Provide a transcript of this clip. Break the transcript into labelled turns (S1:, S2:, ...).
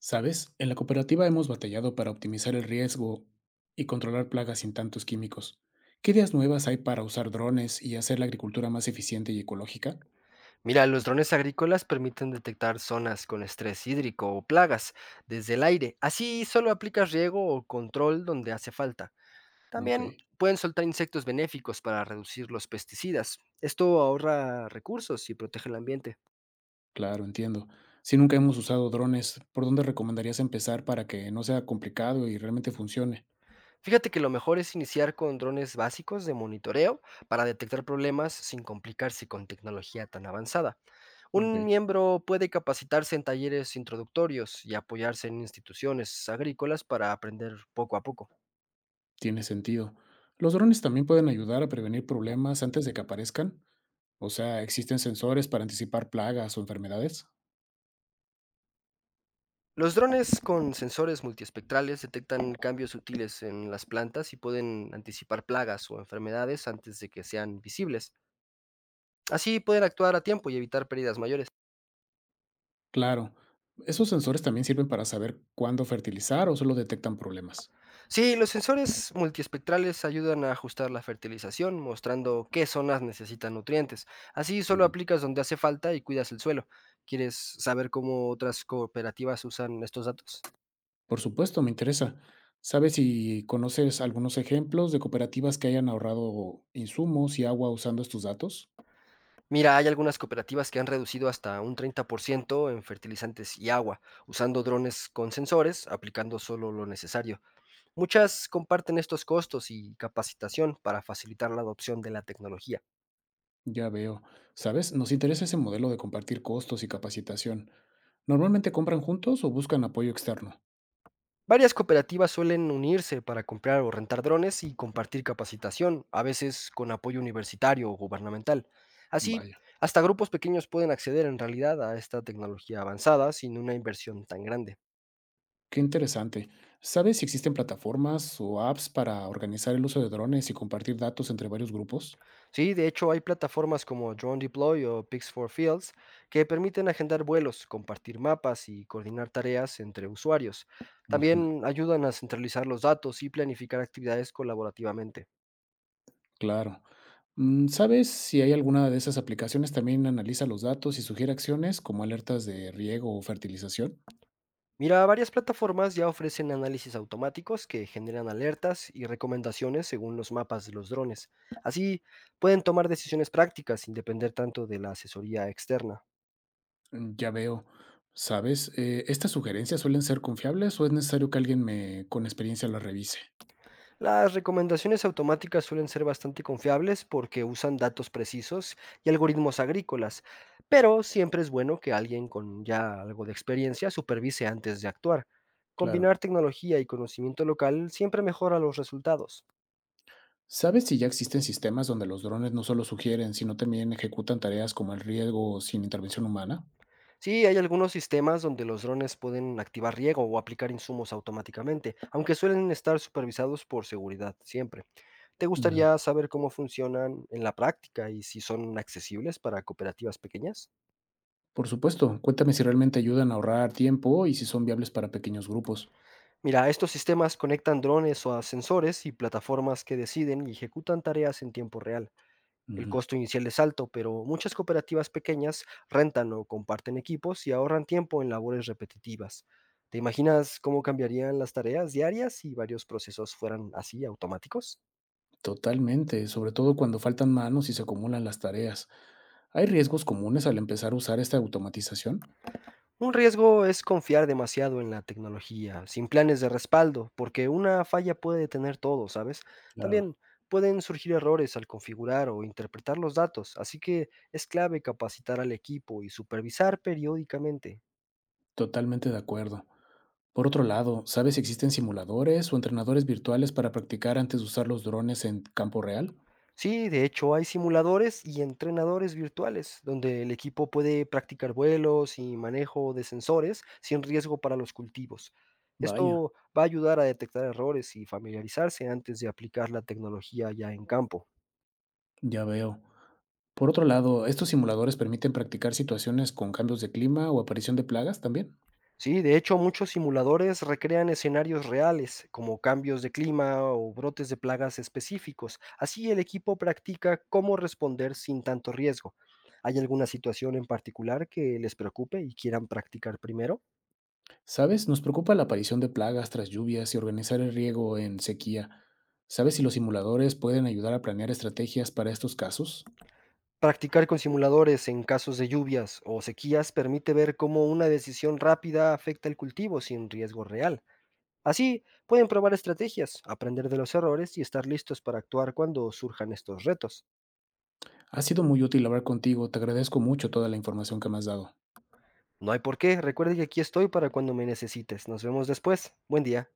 S1: ¿Sabes? En la cooperativa hemos batallado para optimizar el riesgo y controlar plagas sin tantos químicos. ¿Qué ideas nuevas hay para usar drones y hacer la agricultura más eficiente y ecológica?
S2: Mira, los drones agrícolas permiten detectar zonas con estrés hídrico o plagas desde el aire. Así solo aplicas riego o control donde hace falta.
S1: Ok,
S2: También pueden soltar insectos benéficos para reducir los pesticidas. Esto ahorra recursos y protege el ambiente.
S1: claro, entiendo. Si nunca hemos usado drones, ¿por dónde recomendarías empezar para que no sea complicado y realmente funcione?
S2: Fíjate que lo mejor es iniciar con drones básicos de monitoreo para detectar problemas sin complicarse con tecnología tan avanzada.
S1: Ok,
S2: Un miembro puede capacitarse en talleres introductorios y apoyarse en instituciones agrícolas para aprender poco a poco.
S1: tiene sentido. ¿Los drones también pueden ayudar a prevenir problemas antes de que aparezcan? O sea, ¿existen sensores para anticipar plagas o enfermedades?
S2: Los drones con sensores multiespectrales detectan cambios sutiles en las plantas y pueden anticipar plagas o enfermedades antes de que sean visibles. Así pueden actuar a tiempo y evitar pérdidas mayores.
S1: Claro. ¿Esos sensores también sirven para saber cuándo fertilizar o solo detectan problemas?
S2: Sí, los sensores multiespectrales ayudan a ajustar la fertilización, mostrando qué zonas necesitan nutrientes. Así solo
S1: Ujú.
S2: aplicas donde hace falta y cuidas el suelo. ¿Quieres saber cómo otras cooperativas usan estos datos?
S1: Por supuesto, me interesa. ¿Sabes si conoces algunos ejemplos de cooperativas que hayan ahorrado insumos y agua usando estos datos?
S2: Mira, hay algunas cooperativas que han reducido hasta un 30% en fertilizantes y agua, usando drones con sensores, aplicando solo lo necesario. Muchas comparten estos costos y capacitación para facilitar la adopción de la tecnología.
S1: Ya veo. ¿Sabes? Nos interesa ese modelo de compartir costos y capacitación. ¿Normalmente compran juntos o buscan apoyo externo?
S2: Varias cooperativas suelen unirse para comprar o rentar drones y compartir capacitación, a veces con apoyo universitario o gubernamental. Así,
S1: Vaya,
S2: hasta grupos pequeños pueden acceder en realidad a esta tecnología avanzada sin una inversión tan grande.
S1: qué interesante. ¿Sabes si existen plataformas o apps para organizar el uso de drones y compartir datos entre varios grupos?
S2: Sí, de hecho hay plataformas como Drone Deploy o Pix 4 Fields que permiten agendar vuelos, compartir mapas y coordinar tareas entre usuarios.
S1: Ujú,
S2: También ayudan a centralizar los datos y planificar actividades colaborativamente.
S1: claro. ¿Sabes si hay alguna de esas aplicaciones también analiza los datos y sugiere acciones como alertas de riego o fertilización?
S2: Mira, varias plataformas ya ofrecen análisis automáticos que generan alertas y recomendaciones según los mapas de los drones. Así pueden tomar decisiones prácticas sin depender tanto de la asesoría externa.
S1: Ya veo. ¿Sabes? ¿Estas sugerencias suelen ser confiables o es necesario que con experiencia las revise?
S2: Las recomendaciones automáticas suelen ser bastante confiables porque usan datos precisos y algoritmos agrícolas, pero siempre es bueno que alguien con ya algo de experiencia supervise antes de actuar.
S1: Claro.
S2: Combinar tecnología y conocimiento local siempre mejora los resultados.
S1: ¿Sabes si ya existen sistemas donde los drones no solo sugieren, sino también ejecutan tareas como el riego sin intervención humana?
S2: Sí, hay algunos sistemas donde los drones pueden activar riego o aplicar insumos automáticamente, aunque suelen estar supervisados por seguridad siempre. ¿Te
S1: Ujú.
S2: gustaría saber cómo funcionan en la práctica y si son accesibles para cooperativas pequeñas?
S1: Por supuesto. Cuéntame si realmente ayudan a ahorrar tiempo y si son viables para pequeños grupos.
S2: Mira, estos sistemas conectan drones o a sensores y plataformas que deciden y ejecutan tareas en tiempo real. El
S1: Ujú.
S2: costo inicial es alto, pero muchas cooperativas pequeñas rentan o comparten equipos y ahorran tiempo en labores repetitivas. ¿Te imaginas cómo cambiarían las tareas diarias si varios procesos fueran así automáticos?
S1: Totalmente, sobre todo cuando faltan manos y se acumulan las tareas. ¿Hay riesgos comunes al empezar a usar esta automatización?
S2: Un riesgo es confiar demasiado en la tecnología, sin planes de respaldo, porque una falla puede detener todo, ¿sabes?
S1: Claro.
S2: También pueden surgir errores al configurar o interpretar los datos, así que es clave capacitar al equipo y supervisar periódicamente.
S1: Totalmente de acuerdo. Por otro lado, ¿sabes si existen simuladores o entrenadores virtuales para practicar antes de usar los drones en campo real?
S2: Sí, de hecho hay simuladores y entrenadores virtuales, donde el equipo puede practicar vuelos y manejo de sensores sin riesgo para los cultivos.
S1: Vaya.
S2: Esto va a ayudar a detectar errores y familiarizarse antes de aplicar la tecnología ya en campo.
S1: Ya veo. Por otro lado, ¿estos simuladores permiten practicar situaciones con cambios de clima o aparición de plagas también?
S2: Sí, de hecho, muchos simuladores recrean escenarios reales, como cambios de clima o brotes de plagas específicos. Así el equipo practica cómo responder sin tanto riesgo. ¿Hay alguna situación en particular que les preocupe y quieran practicar primero?
S1: ¿Sabes? Nos preocupa la aparición de plagas tras lluvias y organizar el riego en sequía. ¿Sabes si los simuladores pueden ayudar a planear estrategias para estos casos?
S2: Practicar con simuladores en casos de lluvias o sequías permite ver cómo una decisión rápida afecta el cultivo sin riesgo real. Así, pueden probar estrategias, aprender de los errores y estar listos para actuar cuando surjan estos retos.
S1: Ha sido muy útil hablar contigo, te agradezco mucho toda la información que me has dado.
S2: No hay por qué. Recuerde que aquí estoy para cuando me necesites. Nos vemos después. Buen día.